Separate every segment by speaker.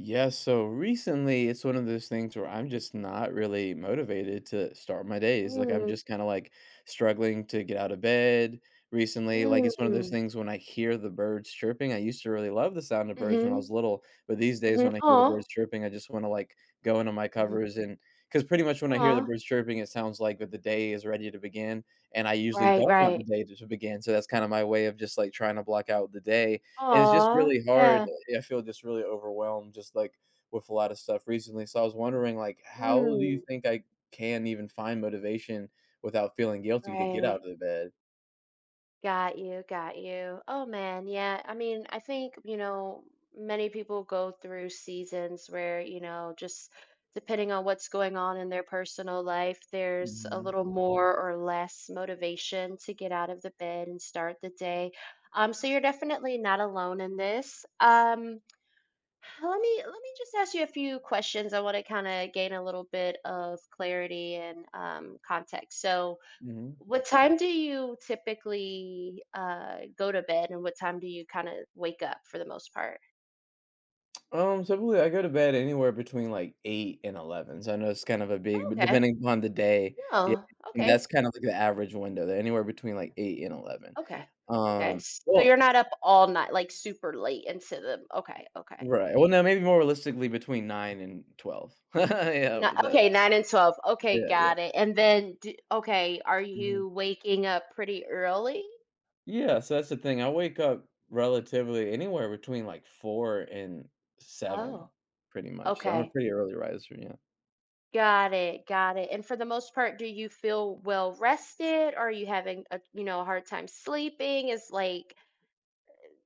Speaker 1: Yeah, so recently it's one of those things where I'm just not really motivated to start my days. I'm
Speaker 2: Mm,
Speaker 1: just kind of like struggling to get out of bed recently. Like it's one of those
Speaker 2: mm.
Speaker 1: things when I hear the birds chirping. I used to really love the sound of birds
Speaker 2: Mhm,
Speaker 1: when I was little, but these days
Speaker 2: mhm.
Speaker 1: when I hear the
Speaker 2: Aw.
Speaker 1: birds chirping, I just want to go into my
Speaker 2: Mhm.
Speaker 1: covers and because pretty much when I hear the
Speaker 2: Aw.
Speaker 1: birds chirping, it sounds like that the day is ready to begin. And I usually
Speaker 2: Right,
Speaker 1: don't want the
Speaker 2: right.
Speaker 1: day to begin. So that's kind of my way of just like trying to block out the day, and it's just
Speaker 2: Aw,
Speaker 1: really hard.
Speaker 2: yeah.
Speaker 1: I feel just really overwhelmed just, like, with a lot of stuff recently. So I was wondering, like, how do you
Speaker 2: Mm,
Speaker 1: think I can even find motivation without feeling guilty to get out of
Speaker 2: right.
Speaker 1: the bed?
Speaker 2: Got you, got you. Oh, man, yeah, I mean, I think, you know, many people go through seasons where, you know, just depending on what's going on in their personal life, there's a
Speaker 1: Mhm,
Speaker 2: little more or less motivation to get out of the bed and start the day. So you're definitely not alone in this. Let me just ask you a few questions. I want to kind of gain a little bit of clarity and context. So,
Speaker 1: mhm.
Speaker 2: what time do you typically go to bed, and what time do you kind of wake up for the most part?
Speaker 1: Typically, I go to bed anywhere between, like, 8 and 11, so I know it's kind of a big but
Speaker 2: Okay.
Speaker 1: depending upon the day, yeah,
Speaker 2: No.
Speaker 1: and
Speaker 2: Okay.
Speaker 1: that's kind of like the average window there, anywhere between, like, 8 and 11.
Speaker 2: Okay. Okay.
Speaker 1: Um,
Speaker 2: So
Speaker 1: well
Speaker 2: you're not up all night, like super late into the. Okay. Okay.
Speaker 1: right, well, no, maybe more realistically between 9 and 12. Yeah,
Speaker 2: Not,
Speaker 1: the
Speaker 2: okay, 9 and 12. Okay,
Speaker 1: Yeah, yeah.
Speaker 2: got it. And then, do, okay, are
Speaker 1: Mhm.
Speaker 2: you waking up pretty early?
Speaker 1: Yeah, so that's the thing. I wake up relatively anywhere between like 4 and 7
Speaker 2: Oh,
Speaker 1: pretty much. So I'm a
Speaker 2: okay.
Speaker 1: pretty early riser, yeah.
Speaker 2: Got it, got it. And for the most part, do you feel well rested? Are you having a, you know, a hard time sleeping? Is like,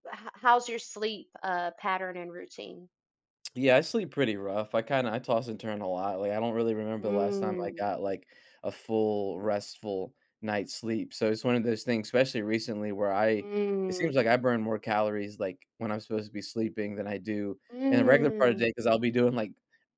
Speaker 2: how's your sleep pattern and routine?
Speaker 1: Yeah, I sleep pretty rough. I toss and turn a lot, like, I don't really remember the last time I
Speaker 2: Mm,
Speaker 1: got, like, a full, restful night's sleep, so it's one of those things, especially recently, where I it
Speaker 2: mm,
Speaker 1: seems like I burn more calories, like, when I'm supposed to be sleeping than I do in the regular part of the
Speaker 2: mm.
Speaker 1: day because 'cause I'll be doing, like,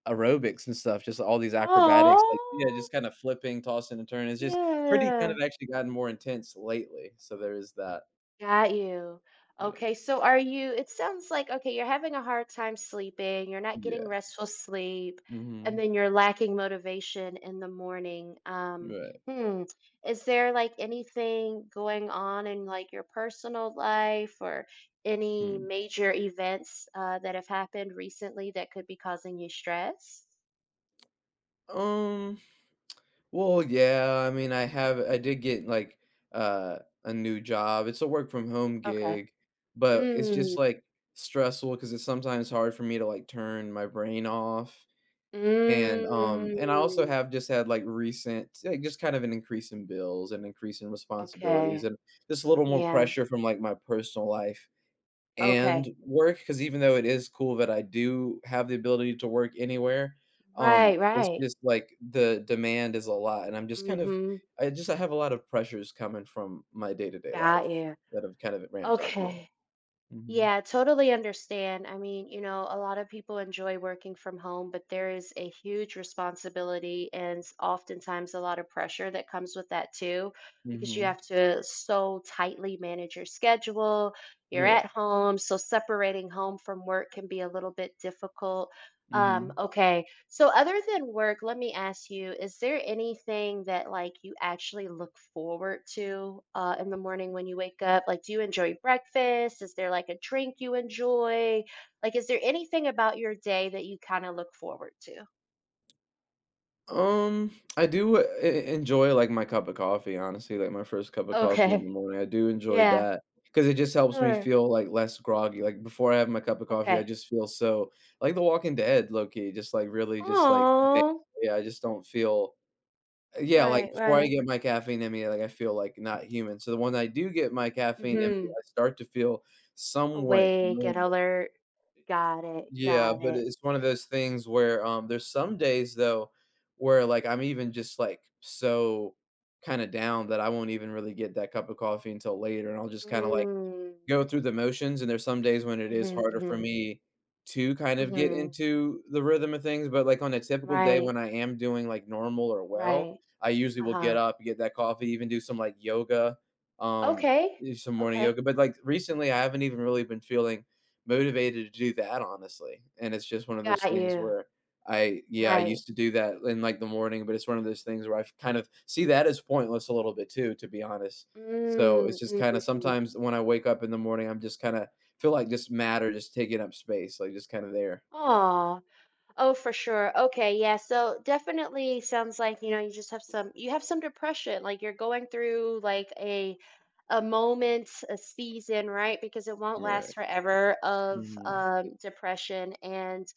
Speaker 1: aerobics and stuff, just all these acrobatics, like yeah,
Speaker 2: Oh,
Speaker 1: just kinda flipping, tossing and turning, it's just pretty kind of
Speaker 2: yeah.
Speaker 1: actually gotten more intense lately, so there is that.
Speaker 2: Got you.
Speaker 1: Yeah.
Speaker 2: Okay, so are you it sounds like okay, you're having a hard time sleeping, you're not getting
Speaker 1: Yeah.
Speaker 2: restful sleep, and
Speaker 1: Mhm.
Speaker 2: then you're lacking motivation in the morning.
Speaker 1: Right.
Speaker 2: Hmm, is there like anything going on in like your personal life or any
Speaker 1: Hmm.
Speaker 2: major events that have happened recently that could be causing you stress?
Speaker 1: Um Well, yeah, I mean, I have I did get like uh a new job. It's a work from home
Speaker 2: Okay.
Speaker 1: gig, but it's just
Speaker 2: Mm,
Speaker 1: like stressful because it's sometimes hard for me to turn my brain off. And I also
Speaker 2: mm,
Speaker 1: have just had like recent like, just kind of an increase in bills and increase in responsibilities
Speaker 2: okay.
Speaker 1: and just a little more
Speaker 2: Yeah.
Speaker 1: pressure from like my personal life
Speaker 2: Okay.
Speaker 1: and work because even though it is cool that I do have the ability to work anywhere,
Speaker 2: Right,
Speaker 1: it's
Speaker 2: right.
Speaker 1: just like the demand is a lot, and I'm just kind of
Speaker 2: Mhm.
Speaker 1: I have a lot of pressures coming from my day-to-day life
Speaker 2: Got you.
Speaker 1: that have kind of ramped up, yeah.
Speaker 2: Okay.
Speaker 1: Mhm.
Speaker 2: Yeah, totally understand. I mean, you know, a lot of people enjoy working from home, but there is a huge responsibility and oftentimes a lot of pressure that comes with that too, because you
Speaker 1: Mhm.
Speaker 2: have to so tightly manage your schedule. You're
Speaker 1: Yeah.
Speaker 2: at home, so separating home from work can be a little bit difficult. Um,
Speaker 1: Mhm.
Speaker 2: okay. So other than work, let me ask you, is there anything that like you actually look forward to in the morning when you wake up? Like, do you enjoy breakfast? Is there like a drink you enjoy? Like, is there anything about your day that you kind of look forward to?
Speaker 1: Um, I do e e enjoy, like, my cup of coffee, honestly, like, my first cup of coffee in the
Speaker 2: Okay.
Speaker 1: morning, I do enjoy
Speaker 2: Yeah.
Speaker 1: that because it just helps me
Speaker 2: Sure.
Speaker 1: feel, like, less groggy, like, before I have my cup of coffee, I
Speaker 2: Okay.
Speaker 1: just feel so like The Walking Dead, low key, just, like, really just, like, there,
Speaker 2: Oh,
Speaker 1: yeah, I just don't feel, yeah, like,
Speaker 2: right,
Speaker 1: before I
Speaker 2: right.
Speaker 1: get my caffeine in me, like, I feel, like, not human, so the when I do get my caffeine in me,
Speaker 2: Mm-hmm.
Speaker 1: I start to feel somewhat
Speaker 2: Awake and
Speaker 1: normal.
Speaker 2: alert. Got it.
Speaker 1: Yeah,
Speaker 2: Got
Speaker 1: but
Speaker 2: it.
Speaker 1: it's one of those things where there's some days though where like I'm even just like so kind of down that I won't even really get that cup of coffee until later and I'll just kind of
Speaker 2: Mm.
Speaker 1: go through the motions, and there's some days when it
Speaker 2: Mm-hmm,
Speaker 1: is harder for
Speaker 2: mm-hmm,
Speaker 1: me to kind of get
Speaker 2: mm-hmm.
Speaker 1: into the rhythm of things, but, like, on a typical day
Speaker 2: Right,
Speaker 1: when I am doing, like, normal or well,
Speaker 2: right.
Speaker 1: I usually will get
Speaker 2: Uh-huh.
Speaker 1: up, get that coffee, even do some, like, yoga, um,
Speaker 2: Okay.
Speaker 1: do some morning
Speaker 2: Okay.
Speaker 1: yoga, but, like, recently, I haven't even really been feeling motivated to do that, honestly, and it's just one of those
Speaker 2: Got
Speaker 1: things
Speaker 2: you.
Speaker 1: where I yeah, I
Speaker 2: Right.
Speaker 1: used to do that in, like, the morning, but it's one of those things where I kind of see that as pointless a little bit too, to be honest. So, it's
Speaker 2: Mm,
Speaker 1: just kinda
Speaker 2: mm.
Speaker 1: sometimes when I wake up in the morning, I'm just kinda feel like just matter just taking up space, like, just kinda there.
Speaker 2: Aw. Oh, oh, for sure. Okay, yeah, so definitely sounds like, you know, you just have some you have some depression, like, you're going through, like, a moment, a season, right? Because it won't last
Speaker 1: Right.
Speaker 2: forever of,
Speaker 1: Mhm.
Speaker 2: depression and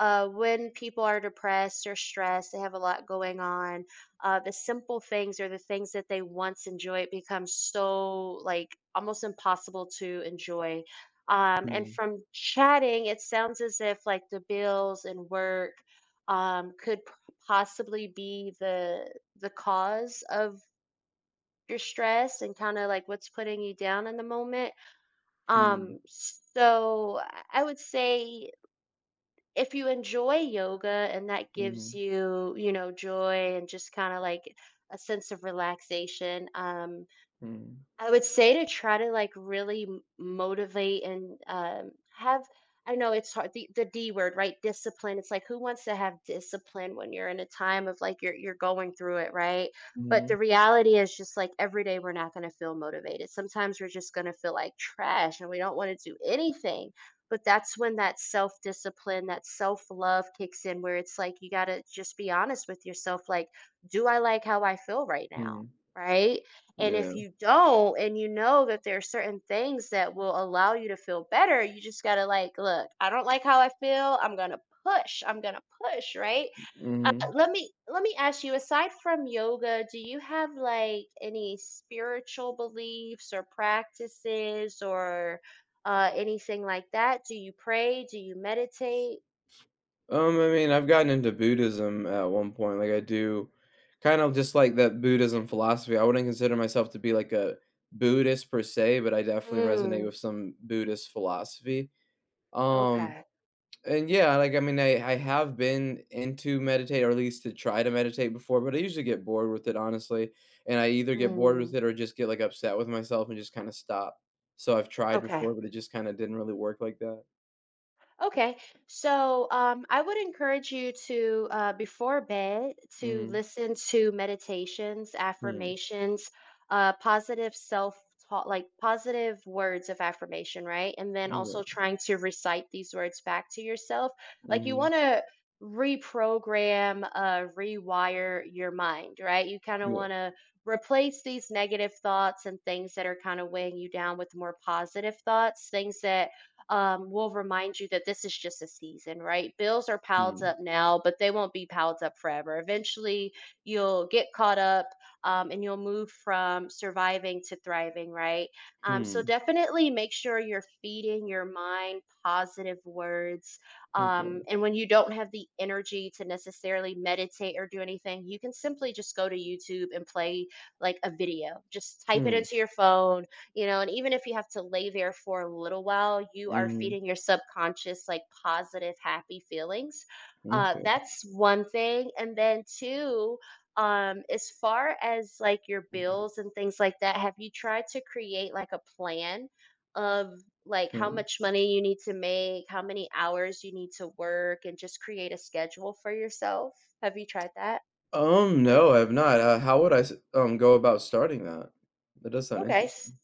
Speaker 2: when people are depressed or stressed, they have a lot going on. The simple things or the things that they once enjoyed become so like almost impossible to enjoy. And
Speaker 1: Mm.
Speaker 2: from chatting, it sounds as if like the bills and work could possibly be the cause of your stress and kind of like what's putting you down in the moment.
Speaker 1: Hmm.
Speaker 2: So I would say if you enjoy yoga and that gives
Speaker 1: Mhm.
Speaker 2: you, you know, joy and just kind of like a sense of relaxation,
Speaker 1: Mm.
Speaker 2: I would say to try to, like, really m motivate and, have I know it's hard the D word, right? Discipline. It's like, who wants to have discipline when you're in a time of, like, you're going through it, right? But the
Speaker 1: Mhm.
Speaker 2: reality is just, like, every day we're not gonna feel motivated. Sometimes we're just gonna feel like trash, and we don't wanna do anything. But that's when that self-discipline, that self-love kicks in where it's like, you gotta just be honest with yourself, like, "Do I like how I feel right now?"
Speaker 1: Mhm.
Speaker 2: Right? And if
Speaker 1: Yeah.
Speaker 2: you don't, and you know that there are certain things that will allow you to feel better, you just got to like, look, I don't like how I feel. I'm going to push. I'm going to push, right?
Speaker 1: Mhm.
Speaker 2: Let me ask you aside from yoga do you have like any spiritual beliefs or practices or anything like that do you pray do you meditate
Speaker 1: I mean, I've gotten into Buddhism at one point, like, I do kind of just like that Buddhism philosophy. I wouldn't consider myself to be, like, a Buddhist per se, but I definitely resonate
Speaker 2: mm,
Speaker 1: with some Buddhist philosophy. Um
Speaker 2: okay
Speaker 1: And yeah, like I mean, I have been into meditate or at least to try to meditate before, but I usually get bored with it honestly, and I either get bored with
Speaker 2: mm,
Speaker 1: it or just get like upset with myself and just kind of stop. So I've tried
Speaker 2: okay.
Speaker 1: before, but it just kind of didn't really work like that.
Speaker 2: Okay, so I would encourage you to, before bed, to
Speaker 1: Mhm.
Speaker 2: listen to meditations,
Speaker 1: Hmm.
Speaker 2: affirmations, positive self talk, like positive words of affirmation, right? And then also
Speaker 1: Okay.
Speaker 2: trying to recite these words back to yourself. Like you
Speaker 1: Mhm.
Speaker 2: want to reprogram, rewire your mind, right? You kind of
Speaker 1: Yeah.
Speaker 2: want to replace these negative thoughts and things that are kind of weighing you down with more positive thoughts, things that will remind you that this is just a season, right? Bills are piled
Speaker 1: Hmm.
Speaker 2: up now, but they won't be piled up forever. Eventually, you'll get caught up and you'll move from surviving to thriving, right? So
Speaker 1: Hmm.
Speaker 2: definitely make sure you're feeding your mind positive words.
Speaker 1: Okay.
Speaker 2: And when you don't have the energy to necessarily meditate or do anything, you can simply just go to YouTube and play like a video. Just type it
Speaker 1: Hmm.
Speaker 2: into your phone, you know, and even if you have to lay there for a little while you are
Speaker 1: Mhm.
Speaker 2: feeding your subconscious like positive happy feelings.
Speaker 1: Okay.
Speaker 2: That's one thing and then two, as far as like your bills and things like that have you tried to create like a plan of like how
Speaker 1: Hmm.
Speaker 2: much money you need to make how many hours you need to work and just create a schedule for yourself, have you tried that?
Speaker 1: No, I have not. How would I go about starting that? That does sound
Speaker 2: Okay.
Speaker 1: interesting.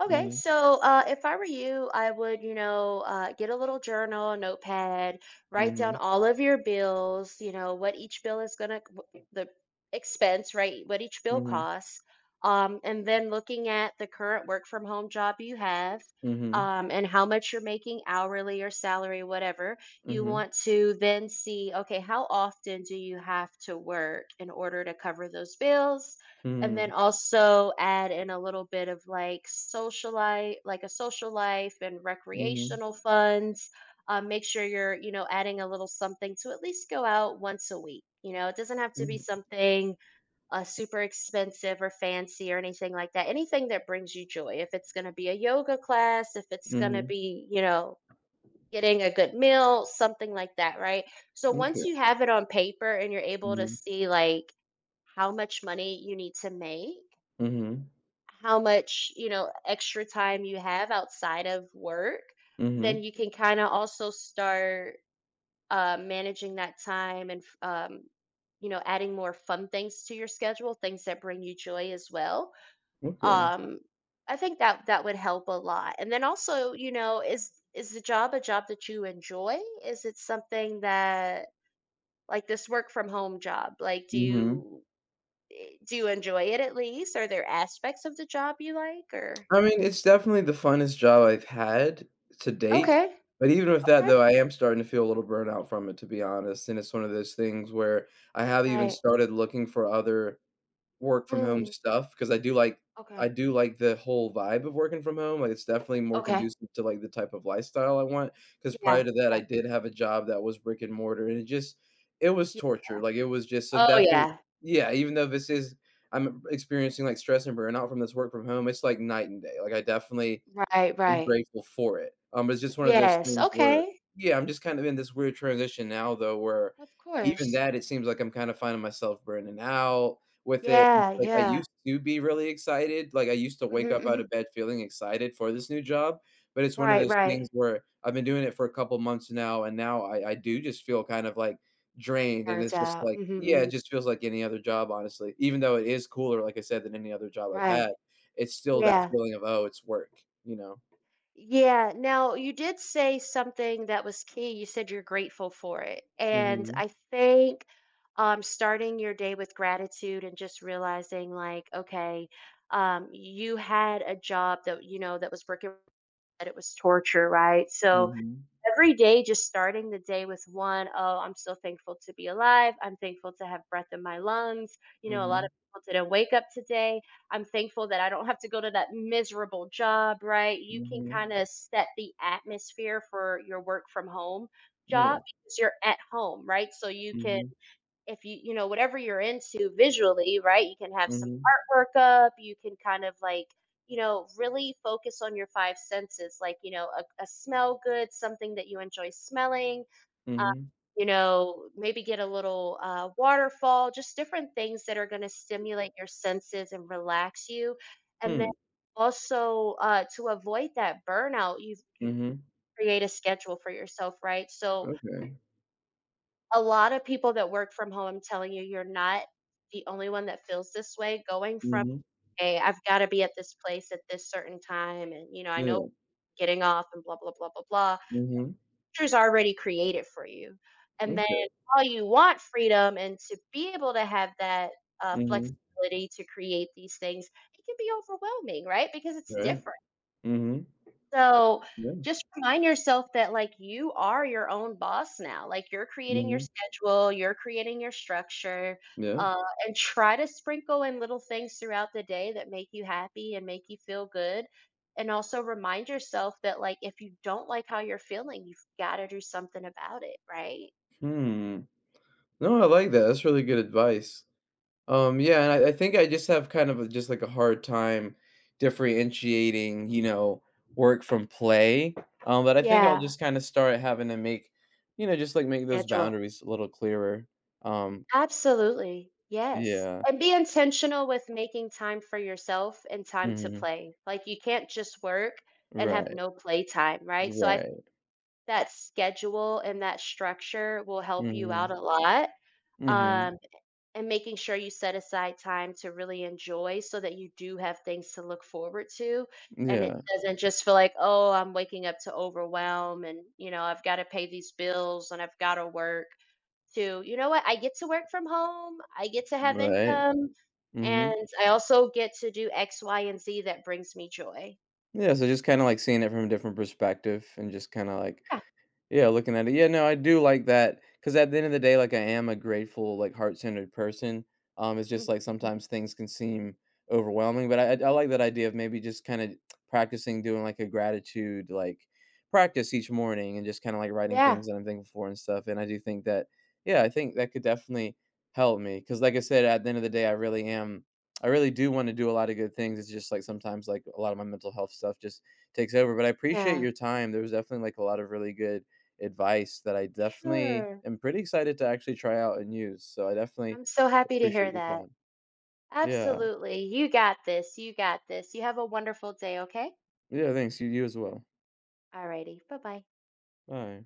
Speaker 2: Okay,
Speaker 1: Mhm.
Speaker 2: so if I were you, I would, you know, get a little journal, a notepad, write down
Speaker 1: Mhm.
Speaker 2: all of your bills, you know, what each bill is gonna, the expense, right? What each bill
Speaker 1: Mhm.
Speaker 2: costs. And then looking at the current work from home job you have,
Speaker 1: Mhm.
Speaker 2: and how much you're making hourly or salary, whatever, you
Speaker 1: Mhm.
Speaker 2: want to then see, okay, how often do you have to work in order to cover those bills? And
Speaker 1: Hmm.
Speaker 2: then also add in a little bit of like socialite, like a social life and
Speaker 1: Mhm,
Speaker 2: recreational funds. Make sure you're, you know, adding a little something to at least go out once a week. You know, it doesn't have to be
Speaker 1: mhm,
Speaker 2: something super expensive or fancy or anything like that. Anything that brings you joy. If it's going to be a yoga class, if it's going to
Speaker 1: mhm,
Speaker 2: be, you know, getting a good meal, something like that, right? So once
Speaker 1: m'kay.
Speaker 2: you have it on paper and you're able to
Speaker 1: Mhm,
Speaker 2: see like how much money you need to make,
Speaker 1: mhm,
Speaker 2: how much, you know, extra time you have outside of work,
Speaker 1: mhm,
Speaker 2: then you can kind of also start managing that time and, you know, adding more fun things to your schedule, things that bring you joy as well.
Speaker 1: okay,
Speaker 2: Um, I think that that would help a lot. And then also, you know, is the job a job that you enjoy? Is it something that like this work from home job? Like, do
Speaker 1: mhm.
Speaker 2: you do you enjoy it at least? Are there aspects of the job you like or?
Speaker 1: I mean, it's definitely the funnest job I've had to date,
Speaker 2: Okay,
Speaker 1: but even with that,
Speaker 2: okay.
Speaker 1: though, I am starting to feel a little burnout from it, to be honest, and it's one of those things where I have even
Speaker 2: Right.
Speaker 1: started looking for other work from home
Speaker 2: Mm,
Speaker 1: stuff because
Speaker 2: okay,
Speaker 1: I do like the whole vibe of working from home. Like it's definitely more
Speaker 2: okay.
Speaker 1: conducive to like the type of lifestyle I want. Because
Speaker 2: Yeah,
Speaker 1: prior to that, I
Speaker 2: yeah,
Speaker 1: did have a job that was brick and mortar, and it was
Speaker 2: yeah.
Speaker 1: torture. Like it was just so
Speaker 2: Oh,
Speaker 1: definitely
Speaker 2: yeah.
Speaker 1: yeah. Even though this is I'm experiencing like stress and burnout from this work from home, it's like night and day. Like
Speaker 2: Right,
Speaker 1: I'm
Speaker 2: right.
Speaker 1: grateful for it. It's just one of those
Speaker 2: Yes,
Speaker 1: things where,
Speaker 2: okay.
Speaker 1: yeah, I'm just kind of in this weird transition now, though, where
Speaker 2: Of
Speaker 1: even
Speaker 2: course.
Speaker 1: that, it seems like I'm kind of finding myself burning out with it. And
Speaker 2: Yeah,
Speaker 1: like I
Speaker 2: yeah.
Speaker 1: used to be really excited. Like I used to
Speaker 2: Mhm,
Speaker 1: wake up out
Speaker 2: mhm.
Speaker 1: of bed feeling excited for this new job. But it's one of
Speaker 2: Right,
Speaker 1: those things
Speaker 2: right.
Speaker 1: where I've been doing it for a couple months now. And now I do just feel kind of like drained. And
Speaker 2: Burnt
Speaker 1: it's just
Speaker 2: out.
Speaker 1: like, yeah,
Speaker 2: Mhm,
Speaker 1: it
Speaker 2: mhm.
Speaker 1: just feels like any other job, honestly. Even though it is cooler, like I said, than any other job I've had,
Speaker 2: Right.
Speaker 1: it's still that
Speaker 2: Yeah.
Speaker 1: feeling of, oh, it's work, you know?
Speaker 2: Yeah. Now, you did say something that was key. You said you're grateful for it. And
Speaker 1: Mhm,
Speaker 2: I think starting your day with gratitude and just realizing, like, okay, you had a job that, you know, that was working, that it was torture, right? So,
Speaker 1: mhm,
Speaker 2: every day, just starting the day with one, "Oh, I'm so thankful to be alive. I'm thankful to have breath in my lungs." You know, a lot
Speaker 1: mhm,
Speaker 2: of people didn't wake up today. I'm thankful that I don't have to go to that miserable job, right? You can
Speaker 1: mhm,
Speaker 2: kinda set the atmosphere for your work from home
Speaker 1: yeah,
Speaker 2: job because you're at home, right? So you can
Speaker 1: mhm,
Speaker 2: if you you know whatever you're into visually right you can have some
Speaker 1: mhm,
Speaker 2: artwork up you can kind of like, you know, really focus on your five senses like, you know, a smell good something that you enjoy smelling. uh,
Speaker 1: mhm,
Speaker 2: you know maybe get a little waterfall just different things that are going to stimulate your senses and relax you, and then
Speaker 1: hmm,
Speaker 2: also to avoid that burnout you
Speaker 1: mhm,
Speaker 2: create a schedule for yourself right so
Speaker 1: okay,
Speaker 2: a lot of people that work from home, I'm telling you, you're not the only one that feels this way. Going from,
Speaker 1: mhm,
Speaker 2: hey, I've got to be at this place at this certain time, and you know, I know
Speaker 1: yeah,
Speaker 2: getting off and blah blah blah blah blah.
Speaker 1: mhm,
Speaker 2: Pictures already created for you, and then
Speaker 1: okay,
Speaker 2: all you want freedom and to be able to have that
Speaker 1: mhm,
Speaker 2: flexibility to create these things, it can be overwhelming, right? Because it's
Speaker 1: right,
Speaker 2: different.
Speaker 1: mhm,
Speaker 2: So,
Speaker 1: yeah,
Speaker 2: just remind yourself that, like, you are your own boss now. Like, you're creating your
Speaker 1: mhm,
Speaker 2: schedule, you're creating your structure,
Speaker 1: yeah,
Speaker 2: and try to sprinkle in little things throughout the day that make you happy and make you feel good. And also remind yourself that, like, if you don't like how you're feeling, you've got to do something about it, right?
Speaker 1: hmm. No, I like that. That's really good advice. Yeah, and I think I just have kind of a, just like a hard time differentiating, you know, work from play. But I think I'll
Speaker 2: Yeah,
Speaker 1: just kind of start having to make, you know, just like make those
Speaker 2: schedule.
Speaker 1: boundaries a little clearer. Um,
Speaker 2: Absolutely, yes,
Speaker 1: Yeah.
Speaker 2: and be intentional with making time for yourself and time to
Speaker 1: Mhm.
Speaker 2: play. Like, you can't just work and have
Speaker 1: Right.
Speaker 2: no play time, right? So, I think
Speaker 1: Right.
Speaker 2: that schedule and that structure will help you out
Speaker 1: Mhm.
Speaker 2: a lot,
Speaker 1: Mhm.
Speaker 2: um, and making sure you set aside time to really enjoy so that you do have things to look forward to, and it
Speaker 1: Yeah.
Speaker 2: doesn't just feel like, "Oh, I'm waking up to overwhelm and, you know, I've gotta pay these bills and I've gotta work." to, you know what, I get to work from home, I get to have
Speaker 1: Right.
Speaker 2: income,
Speaker 1: Mhm.
Speaker 2: and I also get to do X, Y, and Z that brings me joy.
Speaker 1: Yeah, so just kinda, like, seeing it from a different perspective and just kinda, like,
Speaker 2: Yeah.
Speaker 1: yeah, looking at it. Yeah, no, I do like that because at the end of the day, like I am a grateful, like heart-centered person. It's
Speaker 2: Mhm,
Speaker 1: just like
Speaker 2: mhm.
Speaker 1: sometimes things can seem overwhelming, but I like that idea of maybe just kind of practicing doing like a gratitude like practice each morning and just kind of like writing
Speaker 2: Yeah,
Speaker 1: things that I'm thankful for and stuff. And I do think that, yeah, I think that could definitely help me because, like I said, at the end of the day, I really am. I really do want to do a lot of good things. It's just like sometimes like a lot of my mental health stuff just takes over. But I appreciate
Speaker 2: yeah,
Speaker 1: your time. There was definitely like a lot of really good advice that I
Speaker 2: for
Speaker 1: definitely
Speaker 2: sure.
Speaker 1: am pretty excited to actually try out and use, so I definitely
Speaker 2: I'm so happy to
Speaker 1: appreciate
Speaker 2: hear
Speaker 1: your
Speaker 2: that.
Speaker 1: time. Yeah.
Speaker 2: Absolutely. You got this. You got this. You have a wonderful day, okay?
Speaker 1: Yeah, thanks. You as well.
Speaker 2: Alrighty. Bye-bye.
Speaker 1: Bye.